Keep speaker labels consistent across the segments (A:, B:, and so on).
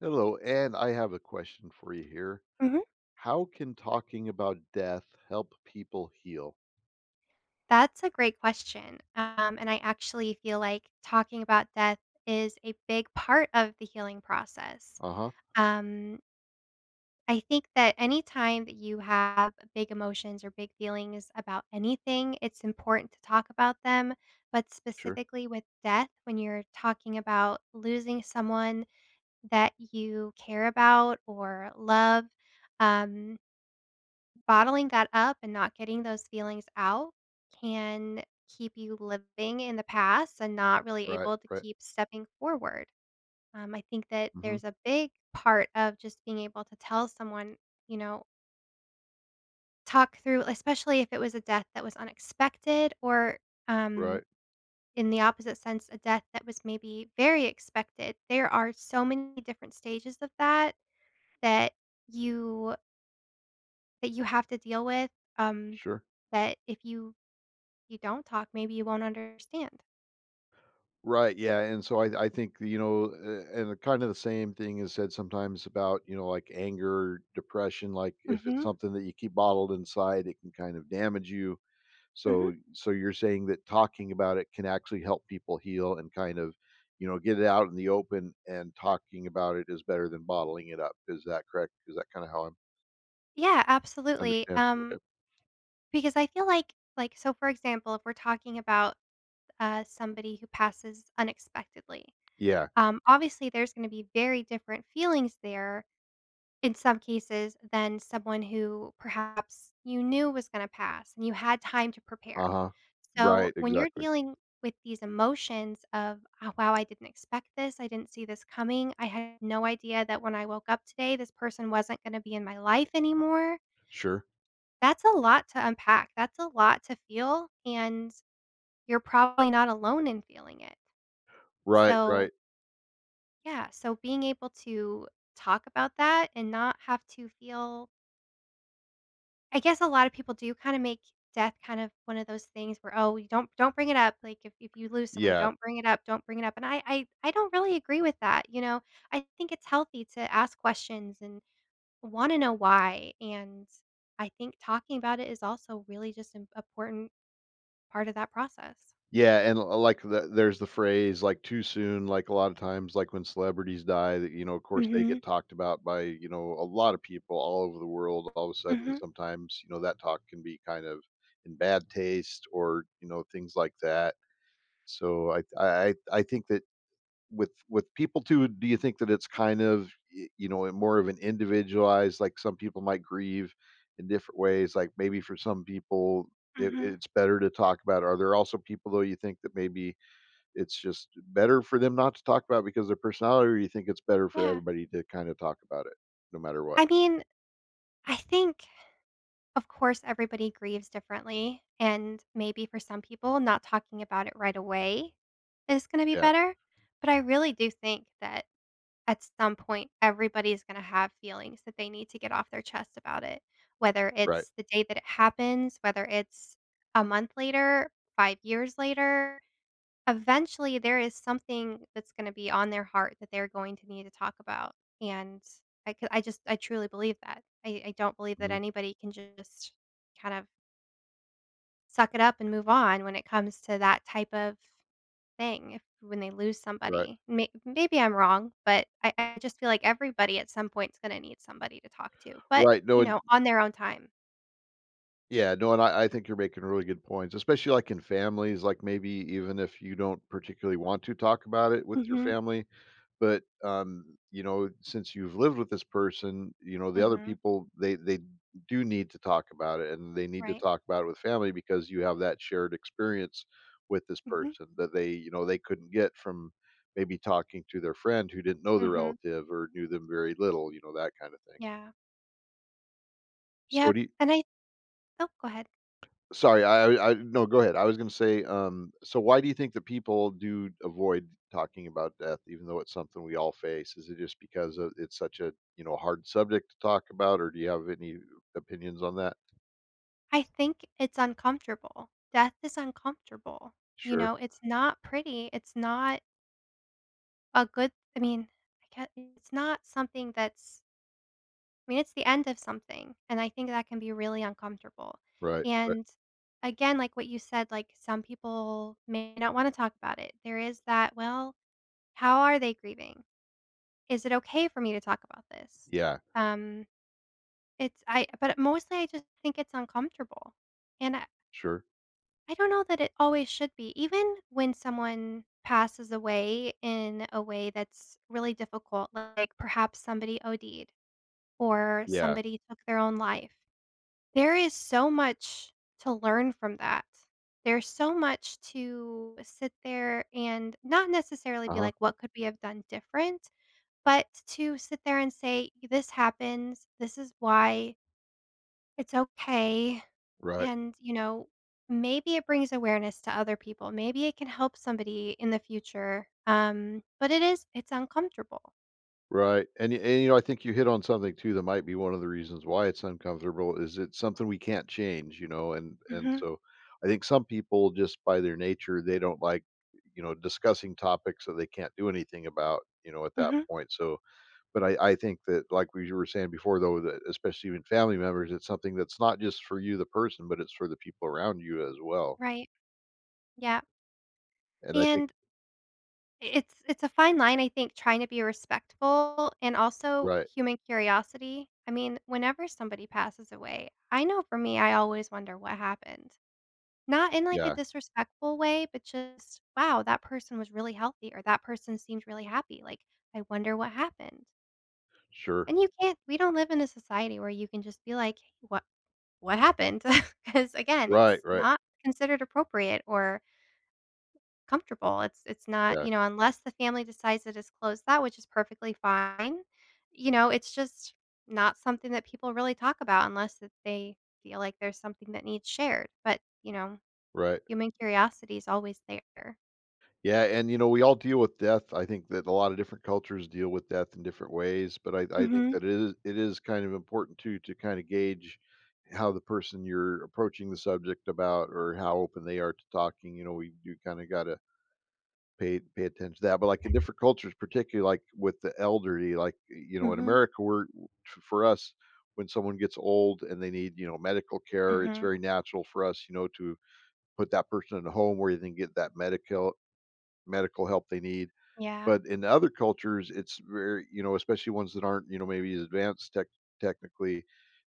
A: Hello, and I have a question for you here.
B: Mhm.
A: How can talking about death help people heal?
B: That's a great question. And I actually feel like talking about death is a big part of the healing process.
A: Uh huh.
B: Um, I think that anytime that you have big emotions or big feelings about anything, it's important to talk about them. But
A: Sure.
B: specifically with death, when you're talking about losing someone that you care about or love, um, bottling that up and not getting those feelings out can keep you living in the past and not really
A: Right.
B: able to
A: Right.
B: keep stepping forward. I think that
A: Mm hmm.
B: there's a big part of just being able to tell someone, you know, talk through, especially if it was a death that was unexpected or um,
A: Right.
B: in the opposite sense, a death that was maybe very expected. There are so many different stages of that that you that you have to deal with, um,
A: Sure.
B: that if you don't talk, maybe you won't understand.
A: Right. Yeah. And so I think, and kind of the same thing is said sometimes about, like anger, depression. Like if it's
B: Mhm,
A: something that you keep bottled inside, it can kind of damage you.
B: mhm.
A: So you're saying that talking about it can actually help people heal and kind of, get it out in the open, and talking about it is better than bottling it up. Is that correct? Is that kind of how I
B: Yeah, absolutely,
A: understand? Okay.
B: because I feel like, so for example, if we're talking about, somebody who passes unexpectedly,
A: Yeah.
B: obviously, there's gonna be very different feelings there in some cases, than someone who perhaps you knew was gonna pass and you had time to prepare.
A: Uh-huh.
B: So,
A: Right,
B: when you're
A: exactly.
B: dealing with these emotions of, "Oh, wow, I didn't expect this, I didn't see this coming, I had no idea that when I woke up today, this person wasn't gonna be in my life anymore,"
A: Sure.
B: that's a lot to unpack, that's a lot to feel, and you're probably not alone in feeling it.
A: Right,
B: So,
A: right.
B: yeah, so being able to talk about that and not have to feel, I guess a lot of people do kinda make death kind of one of those things where, "Oh, you don't bring it up," like, if you lose someone,
A: Yeah.
B: "Don't bring it up, don't bring it up," and I don't really agree with that, you know? I think it's healthy to ask questions and wanna know why, and I think talking about it is also really just an important part of that process.
A: Yeah, and, l like, there's the phrase, like, too soon, like, a lot of times, like, when celebrities die that, of course, they
B: Mhm.
A: get talked about by, a lot of people all over the world all of a sudden, and
B: Mhm.
A: sometimes, that talk can be kind of in bad taste or, things like that. So I think that with people too, do you think that it's kind of more of an individualized, like some people might grieve in different ways, like maybe for some people it,
B: Mhm.
A: it's better to talk about it. Are there also people, though, you think that maybe it's just better for them not to talk about because of their personality, or you think it's better for
B: Yeah.
A: everybody to kind of talk about it no matter what?
B: I mean, I think, of course, everybody grieves differently, and maybe for some people, not talking about it right away is gonna be
A: Yeah.
B: better, but I really do think that at some point, everybody's gonna have feelings that they need to get off their chest about it, whether
A: Right.
B: it's the day that it happens, whether it's a month later, 5 years later. Eventually, there is something that's gonna be on their heart that they're going to need to talk about, and I truly believe that. I don't believe that
A: Mhm.
B: anybody can just kind of suck it up and move on when it comes to that type of thing if when they lose
A: Right,
B: somebody. Maybe I'm wrong, but I just feel like everybody at some point is gonna need somebody to talk to, but,
A: right, no,
B: you
A: and
B: know, on their own time.
A: yeah, no, and I think you're making really good points, especially like in families, like maybe even if you don't particularly want to talk about it with your
B: Mhm,
A: family, but since you've lived with this person, the other
B: mhm,
A: people they do need to talk about it, and they need to
B: right.
A: talk about it with family because you have that shared experience with this
B: Mhm,
A: person that they couldn't get from maybe talking to their friend who didn't know the
B: mhm,
A: relative or knew them very little, that kind of thing.
B: yeah.
A: So
B: Yep,
A: do you—
B: and I Oh, go ahead.
A: Sorry, I no, go ahead. I was gonna say, so why do you think that people do avoid talking about death, even though it's something we all face? Is it just because of, it's such a hard subject to talk about, or do you have any opinions on that?
B: I think it's uncomfortable. Death is uncomfortable. You
A: Sure.
B: know, it's not pretty. It's not a good, I mean, I can't, it's not something that's, I mean, it's the end of something, and I think that can be really uncomfortable.
A: Right. Right.
B: And again, like what you said, like some people may not want to talk about it. There is that, well, how are they grieving? Is it okay for me to talk about this?
A: Yeah.
B: Um, it's I but mostly I just think it's uncomfortable. And
A: Sure.
B: I don't know that it always should be. Even when someone passes away in a way that's really difficult, like perhaps somebody OD'd or
A: Yeah.
B: somebody took their own life, there is so much to learn from that. There's so much to sit there and not necessarily
A: Uh
B: be
A: huh.
B: like, what could we have done different? But to sit there and say, this happens. This is why it's okay.
A: Right.
B: And, you know, maybe it brings awareness to other people. Maybe it can help somebody in the future. But it's uncomfortable.
A: Right, and I think you hit on something too that might be one of the reasons why it's uncomfortable is it's something we can't change, and
B: Mhm.
A: so I think some people just by their nature, they don't like, discussing topics that they can't do anything about, at that
B: Mhm.
A: point, so but I think that, like we were saying before, though, that especially even family members, it's something that's not just for you, the person, but it's for the people around you as well,
B: Right. Yeah.
A: and I think.
B: And it's a fine line, I think, trying to be respectful and also
A: Right,
B: human curiosity. I mean, whenever somebody passes away, I know for me, I always wonder what happened. Not in like a
A: yeah,
B: disrespectful way, but just, wow, that person was really healthy or that person seemed really happy. Like, I wonder what happened.
A: sure.
B: And you can't, we don't live in a society where you can just be like, "Hey, what happened?" Because again,
A: Right,
B: it's
A: right,
B: not considered appropriate or comfortable. It's not,
A: yeah,
B: unless the family decides to disclose that, which is perfectly fine, it's just not something that people really talk about unless that they feel like there's something that needs shared, but
A: right.
B: human curiosity is always there.
A: Yeah, and we all deal with death. I think that a lot of different cultures deal with death in different ways, but I think
B: Mhm,
A: that it is kind of important too to kind of gauge how the person you're approaching the subject about or how open they are to talking. We do kind of gotta pay attention to that. But like in different cultures, particularly like with the elderly, like in
B: mhm,
A: America, we're for us, when someone gets old and they need medical care, it's
B: mhm.
A: very natural for us, to put that person in a home where they can get that medical help they need,
B: Yeah.
A: but in other cultures, it's very especially ones that aren't, maybe as advanced technically,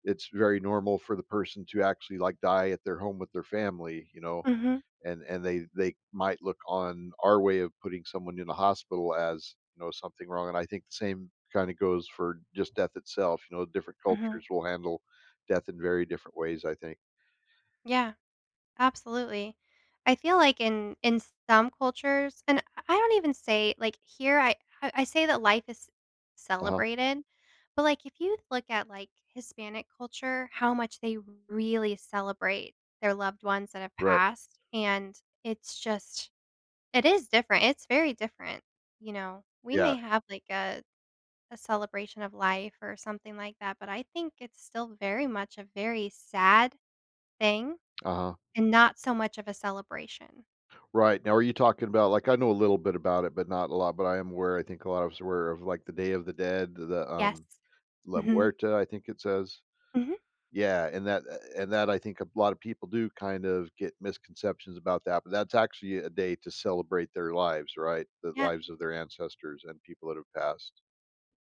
A: it's very normal for the person to actually, like, die at their home with their family, you know?
B: Mhm,
A: And they might look on our way of putting someone in a hospital as, something wrong, and I think the same kinda goes for just death itself, different
B: mhm.
A: cultures will handle death in very different ways, I think.
B: Yeah. Absolutely. I feel like in some cultures, and I don't even say like here, I say that life is
A: Uh-huh.
B: celebrated, but like if you look at like Hispanic culture, how much they really celebrate their loved ones that have
A: Right.
B: passed, and it's just, it is different. It's very different, you know. We
A: Yeah.
B: may have like a celebration of life or something like that, but I think it's still very much a very sad thing
A: Uh-huh.
B: and not so much of a celebration.
A: Right. Now, are you talking about, like, I know a little bit about it, but not a lot. But I am aware. I think a lot of us are aware of, like, the Day of the Dead, the
B: Yes.
A: La
B: Mhm.
A: Muerta, I think it says.
B: Mhm.
A: Yeah, and that I think a lot of people do kind of get misconceptions about that. But that's actually a day to celebrate their lives, right? The
B: Yeah.
A: lives of their ancestors and people that have passed.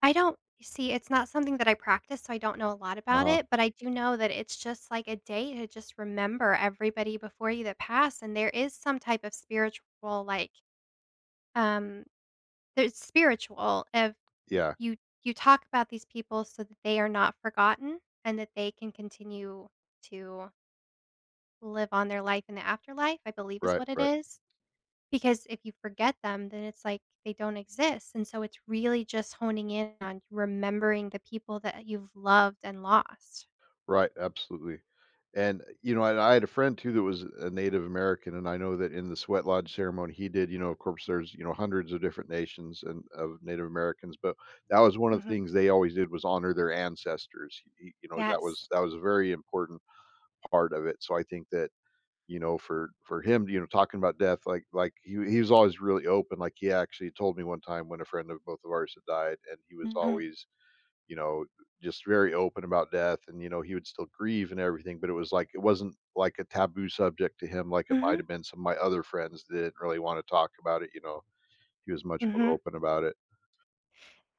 B: I don't see, it's not something that I practice, so I don't know a lot
A: Uh
B: about
A: huh.
B: it, but I do know that it's just like a day to just remember everybody before you that passed, and there is some type of spiritual, like, um there's spiritual if
A: Yeah.
B: you you talk about these people so that they are not forgotten and that they can continue to live on their life in the afterlife, I believe is
A: Right.
B: what it
A: Right.
B: is. Because if you forget them, then it's like they don't exist, and so it's really just honing in on remembering the people that you've loved and lost.
A: Right, absolutely. And, I had a friend too that was a Native American, and I know that in the sweat lodge ceremony he did, of course, there's, hundreds of different nations and of Native Americans, but that was one of the
B: Mhm.
A: things they always did was honor their ancestors. That
B: Yes.
A: was that was a very important part of it. So I think that, for him, talking about death, like he was always really open. Like he actually told me one time when a friend of both of ours had died, and he was
B: Mhm.
A: always you know, just very open about death and, he would still grieve and everything, but it was like it wasn't like a taboo subject to him like it might
B: Mhm.
A: have been some of my other friends that didn't really wanna talk about it, you know? He was much more
B: Mhm.
A: open about it.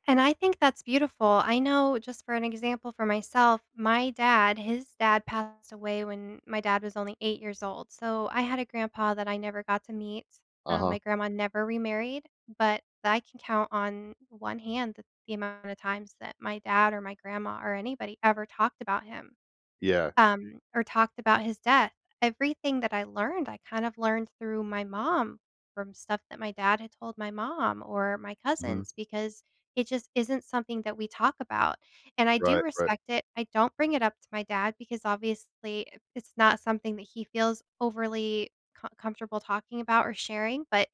B: And I think that's beautiful. I know just for an example for myself, my dad, his dad passed away when my dad was only 8 years old. So I had a grandpa that I never got to meet. Um,
A: Uh-huh.
B: my grandma never remarried, but I can count on one hand the amount of times that my dad or my grandma or anybody ever talked about him,
A: Yeah.
B: or talked about his death. Everything that I learned, I kind of learned through my mom from stuff that my dad had told my mom or my
A: Mhm.
B: cousins because it just isn't something that we talk about. And I do
A: Right, right.
B: respect it. I don't bring it up to my dad because obviously it's not something that he feels overly comfortable talking about or sharing. But,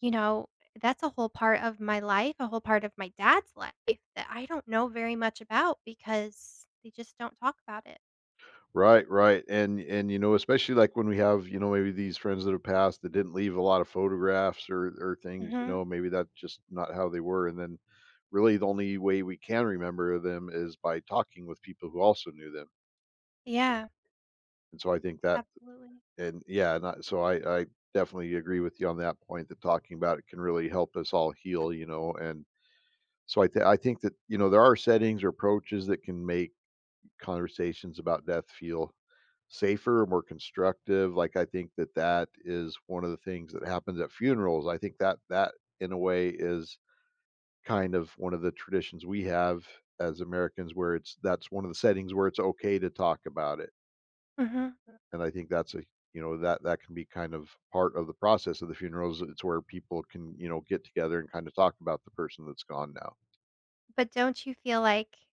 B: you know, that's a whole part of my life, a whole part of my dad's life that I don't know very much about because they just don't talk about it.
A: Right, right. And, especially, like, when we have, maybe these friends that have passed that didn't leave a lot of photographs or things,
B: Hmm.
A: maybe that's just not how they were, and then really the only way we can remember them is by talking with people who also knew them,
B: Yeah,
A: and so I think that.
B: absolutely.
A: And yeah, and so I definitely agree with you on that point, that talking about it can really help us all heal. And so I think that, there are settings or approaches that can make conversations about death feel safer, more constructive. Like, I think that that is one of the things that happens at funerals. I think that that, in a way, is kind of one of the traditions we have as Americans, where it's that's one of the settings where it's okay to talk about it,
B: Mhm.
A: and I think that's a, that that can be kind of part of the process of the funerals. It's where people can, get together and kind of talk about the person that's gone now.
B: But don't you feel like,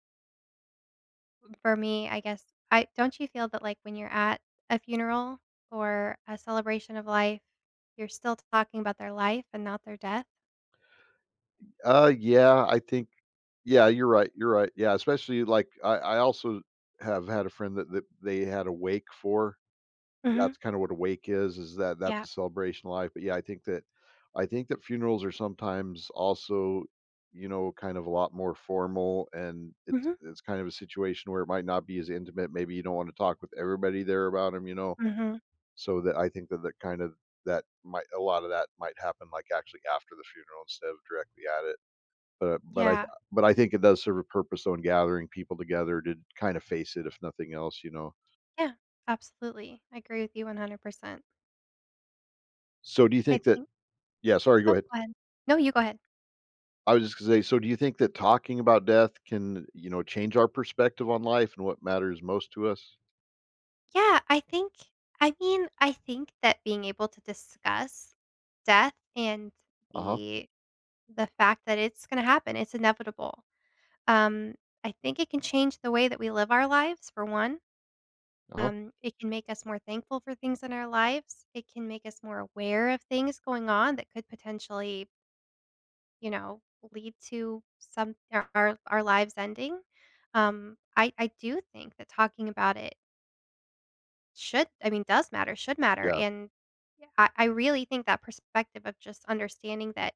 B: for me, I guess, I don't you feel that, like, when you're at a funeral or a celebration of life, you're still talking about their life and not their death?
A: Yeah, I think, yeah, you're right. You're right. Yeah, especially, like, I also have had a friend that, they had a wake for.
B: Mhm.
A: That's kinda what a wake is that that's
B: Yeah.
A: a celebration of life, but yeah, I think that funerals are sometimes also, kind of a lot more formal, and it's
B: Mhm.
A: it's kind of a situation where it might not be as intimate, maybe you don't wanna talk with everybody there about 'em, you know?
B: Mhm.
A: So that I think that that might a lot of that might happen, like, actually after the funeral instead of directly at it, but but I th
B: Yeah.
A: but I think it does serve a purpose, though, in gathering people together to kind of face it if nothing else, you know?
B: Yeah, absolutely. I agree with you 100%.
A: So do you
B: I
A: think that—
B: think
A: Yeah, sorry, go
B: Oh,
A: ahead.
B: go ahead. No, you go ahead.
A: I was just gonna say, so do you think that talking about death can, change our perspective on life and what matters most to us?
B: Yeah, I mean, I think that being able to discuss death and
A: Uh-huh.
B: the the fact that it's gonna happen, it's inevitable. Um, I think it can change the way that we live our lives, for one.
A: Uh-huh.
B: It can make us more thankful for things in our lives. It can make us more aware of things going on that could potentially, you know, lead to some our lives ending. I do think that talking about it should I mean, does matter, should matter,
A: Yeah,
B: and yeah, I really think that perspective of just understanding that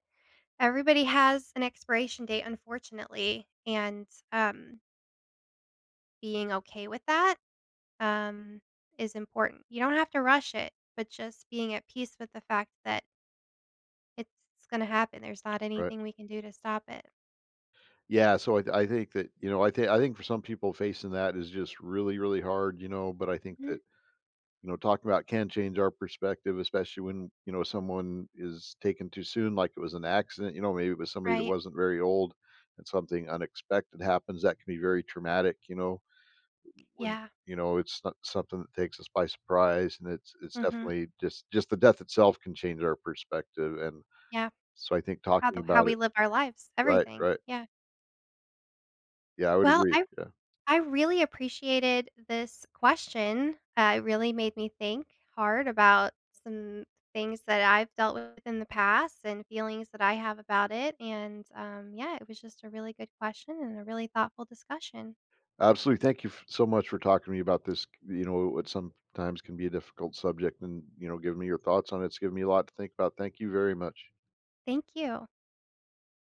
B: everybody has an expiration date, unfortunately, and, um, being okay with that, um, is important. You don't have to rush it, but just being at peace with the fact that it's gonna happen. There's not
A: right.
B: anything we can do to stop it.
A: Yeah, so I think that, I think for some people, facing that is just really, really hard, but I think
B: Mhm,
A: that, talking about can change our perspective, especially when, someone is taken too soon, like it was an accident, maybe it was somebody that
B: right.
A: wasn't very old and something unexpected happens that can be very traumatic. When,
B: Yeah.
A: it's not something that takes us by surprise, and it's
B: Mhm.
A: definitely, just the death itself can change our perspective, and
B: Yeah.
A: so I think
B: How
A: talking
B: the how
A: about
B: we
A: it.
B: live our lives,
A: Right,
B: everything.
A: right.
B: Yeah.
A: Yeah, I would
B: Well,
A: agree,
B: I
A: yeah.
B: I really appreciated this question. It really made me think hard about some things that I've dealt with in the past and feelings that I have about it. And yeah, it was just a really good question and a really thoughtful discussion.
A: Absolutely, thank you f so much for talking to me about this, what sometimes can be a difficult subject, and, giving me your thoughts on it. It's given me a lot to think about. Thank you very much.
B: Thank you.